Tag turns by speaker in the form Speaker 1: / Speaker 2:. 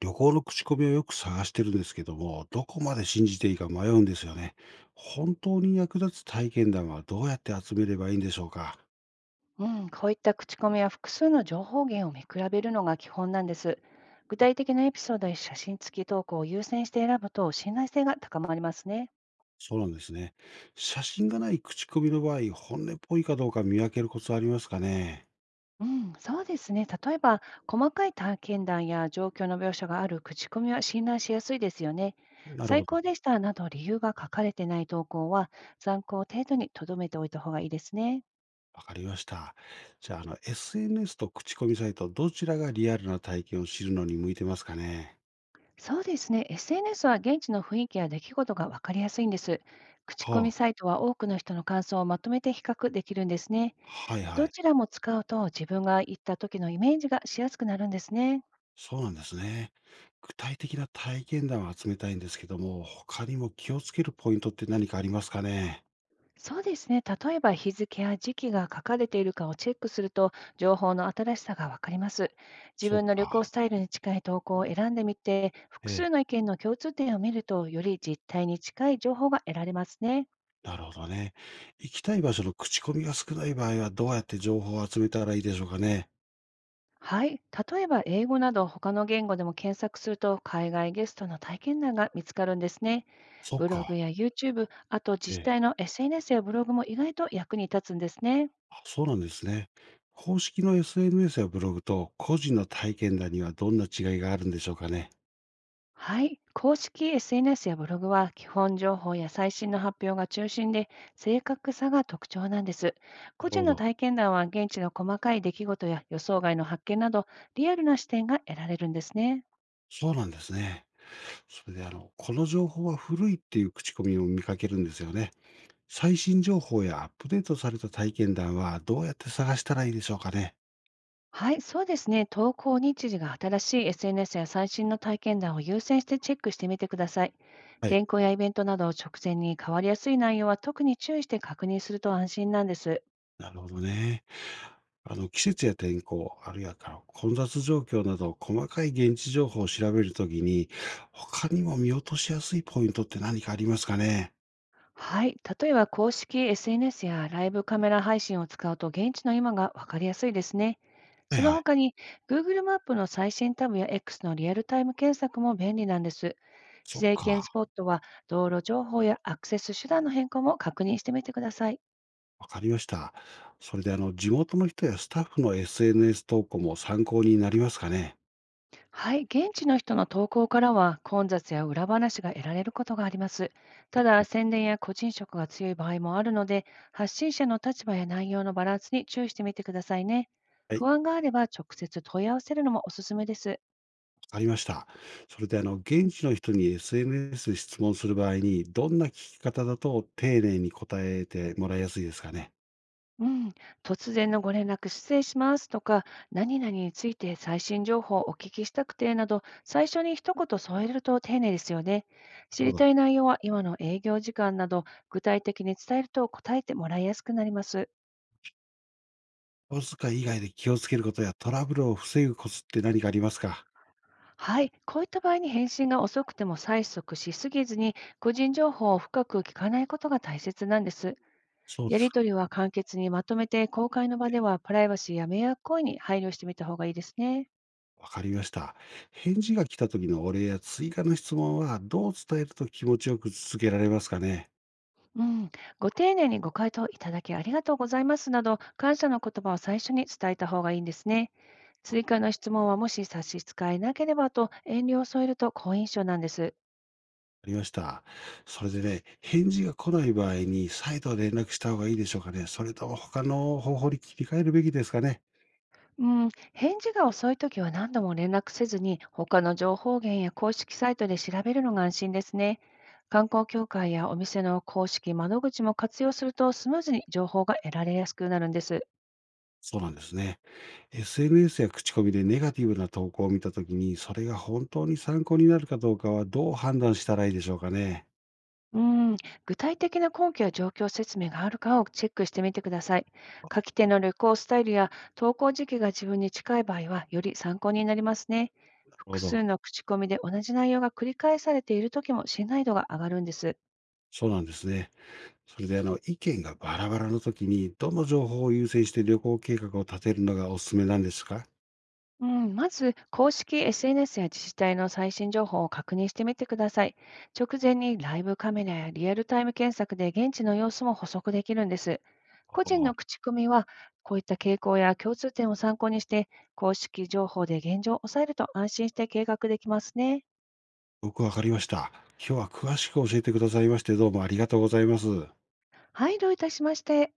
Speaker 1: 旅行の口コミをよく探してるんですけども、どこまで信じていいか迷うんですよね。本当に役立つ体験談はどうやって集めればいいんでしょうか。
Speaker 2: うん、こういった口コミは複数の情報源を見比べるのが基本なんです。具
Speaker 1: あ、
Speaker 2: 体的なエピソードや写真付き投稿を優先して選ぶと信頼性が高まりますね。
Speaker 1: そうなんですね。写真がない口コミの場合、本音っぽいかどうか見分けるコツはありますかね。
Speaker 2: うん、そうですね。例えば、細かい体験談や状況の描写がある口コミは信頼しやすいですよね。
Speaker 1: なる
Speaker 2: 最
Speaker 1: ほ
Speaker 2: 高
Speaker 1: ど。
Speaker 2: でしたなど理由が書かれてない投稿は参考程度に留めておいた方がいいですね。
Speaker 1: わかりました。じゃあ、SNS と口コミサイト、どちらがリアルな体験を知るのに向いてますかね。
Speaker 2: そうですね。SNS は現地の雰囲気や出来事が分かりやすいんです。口コミ
Speaker 1: はあ、
Speaker 2: サイトは多くの人の感想をまとめて比較できるんですね。
Speaker 1: はいは
Speaker 2: ど
Speaker 1: い。
Speaker 2: ちらも使うと自分が行った時のイメージがしやすくなるんですね。
Speaker 1: そうなんですね。具体的な体験談を集めたいんですけども、他にも気をつけるポイントって何かありますかね？
Speaker 2: そうですね。例えば日付や時期が書かれているかをチェックすると、情報の新しさが分かります。自
Speaker 1: そう
Speaker 2: 分の旅行
Speaker 1: か。
Speaker 2: スタイルに近い投稿を選んでみて、複
Speaker 1: え
Speaker 2: 数
Speaker 1: え、
Speaker 2: の意見の共通点を見ると、より実態に近い情報が得られますね。
Speaker 1: なるほどね。行きたい場所の口コミが少ない場合は、どうやって情報を集めたらいいでしょうかね？
Speaker 2: はい。例えば、英語など他の言語でも検索すると、海外ゲストの体験談が見つかるんですね。
Speaker 1: そう
Speaker 2: ブログ
Speaker 1: か。
Speaker 2: や YouTube、あと自
Speaker 1: え
Speaker 2: 治
Speaker 1: え。
Speaker 2: 体の SNS やブログも意外と役に立つんですね。
Speaker 1: あ、そうなんですね。公式の SNS やブログと個人の体験談にはどんな違いがあるんでしょうかね？
Speaker 2: はい。公式 SNS やブログは、基本情報や最新の発表が中心で、正確さが特徴なんです。
Speaker 1: な
Speaker 2: 個
Speaker 1: る
Speaker 2: 人
Speaker 1: ほ
Speaker 2: の
Speaker 1: ど。
Speaker 2: 体験談は、現地の細かい出来事や予想外の発見など、リアルな視点が得られるんですね。
Speaker 1: そうなんですね。それでこの情報は古いっていう口コミを見かけるんですよね。最新情報やアップデートされた体験談はどうやって探したらいいでしょうかね。
Speaker 2: はい、そうですね。投稿日時が新しい SNS や最新の体験談を優先してチェックしてみてください。
Speaker 1: はい。
Speaker 2: 天候やイベントなど直前に変わりやすい内容は、特に注意して確認すると安心なんです。
Speaker 1: なるほどね。季節や天候、あるいは混雑状況など、細かい現地情報を調べるときに、他にも見落としやすいポイントって何かありますかね。
Speaker 2: はい、例えば公式 SNS やライブカメラ配信を使うと、現地の今がわかりやすいですね。
Speaker 1: は
Speaker 2: そ
Speaker 1: い
Speaker 2: の
Speaker 1: はい。
Speaker 2: 他に Google マップの最新タブや X のリアルタイム検索も便利なんです。
Speaker 1: そ
Speaker 2: 自
Speaker 1: っ
Speaker 2: 然検ス
Speaker 1: か。
Speaker 2: ポットは、道路情報やアクセス手段の変更も確認してみてください。
Speaker 1: わかりました。それで、地元の人やスタッフの SNS 投稿も参考になりますかね。
Speaker 2: はい、現地の人の投稿からは、混雑や裏話が得られることがあります。ただ、宣伝や個人色が強い場合もあるので、発信者の立場や内容のバランスに注意してみてくださいね。
Speaker 1: は
Speaker 2: 不
Speaker 1: い。
Speaker 2: 安があれば直接問い合わせるのもおすすめです。
Speaker 1: ありました。それで現地の人に SNS で質問する場合に、どんな聞き方だと丁寧に答えてもらいやすいですかね。
Speaker 2: うん、突然のご連絡失礼しますとか、何々について最新情報をお聞きしたくてなど、最初に一言添えると丁寧ですよね。
Speaker 1: な
Speaker 2: 知
Speaker 1: るほ
Speaker 2: りた
Speaker 1: ど。
Speaker 2: い内容は今の営業時間など、具体的に伝えると答えてもらいやすくなります。
Speaker 1: お小遣い以外で気をつけることやトラブルを防ぐコツって何かありますか。
Speaker 2: はい、こういった場合に返信が遅くても催促しすぎずに、個人情報を深く聞かないことが大切なんです。
Speaker 1: そうで
Speaker 2: や
Speaker 1: す
Speaker 2: り
Speaker 1: か。
Speaker 2: 取りは簡潔にまとめて、公開の場ではプライバシーや迷惑行為に配慮してみた方がいいですね。
Speaker 1: わかりました。返事が来た時のお礼や追加の質問はどう伝えると気持ちよく続けられますかね。
Speaker 2: うん、ご丁寧にご回答いただきありがとうございますなど、感謝の言葉を最初に伝えた方がいいんですね。追加の質問は、もし差し支えなければと遠慮を添えると好印象なんです。
Speaker 1: ありました。それでね、返事が来ない場合に再度連絡した方がいいでしょうかね。それとも他の方法に切り替えるべきですかね。
Speaker 2: うん、返事が遅いときは、何度も連絡せずに、他の情報源や公式サイトで調べるのが安心ですね。観光協会やお店の公式窓口も活用すると、スムーズに情報が得られやすくなるんです。
Speaker 1: そうなんですね。SNS や口コミでネガティブな投稿を見たときに、それが本当に参考になるかどうかはどう判断したらいいでしょうかね。
Speaker 2: うん、具体的な根拠や状況説明があるかをチェックしてみてください。書き手の旅行スタイルや投稿時期が自分に近い場合は、より参考になりますね。
Speaker 1: なるほ
Speaker 2: 複数
Speaker 1: ど。
Speaker 2: の口コミで同じ内容が繰り返されているときも、信頼度が上がるんです。
Speaker 1: そうなんですね。それで意見がバラバラのときに、どの情報を優先して旅行計画を立てるのがおすすめなんですか。
Speaker 2: うん、まず、公式 SNS や自治体の最新情報を確認してみてください。直前にライブカメラやリアルタイム検索で、現地の様子も補足できるんです。
Speaker 1: あ
Speaker 2: 個人の
Speaker 1: あ、
Speaker 2: 口コミは、こういった傾向や共通点を参考にして、公式情報で現状を抑えると、安心して計画できますね。
Speaker 1: よくわかりました。今日は詳しく教えてくださいまして、どうもありがとうございます。
Speaker 2: はい、どういたしまして。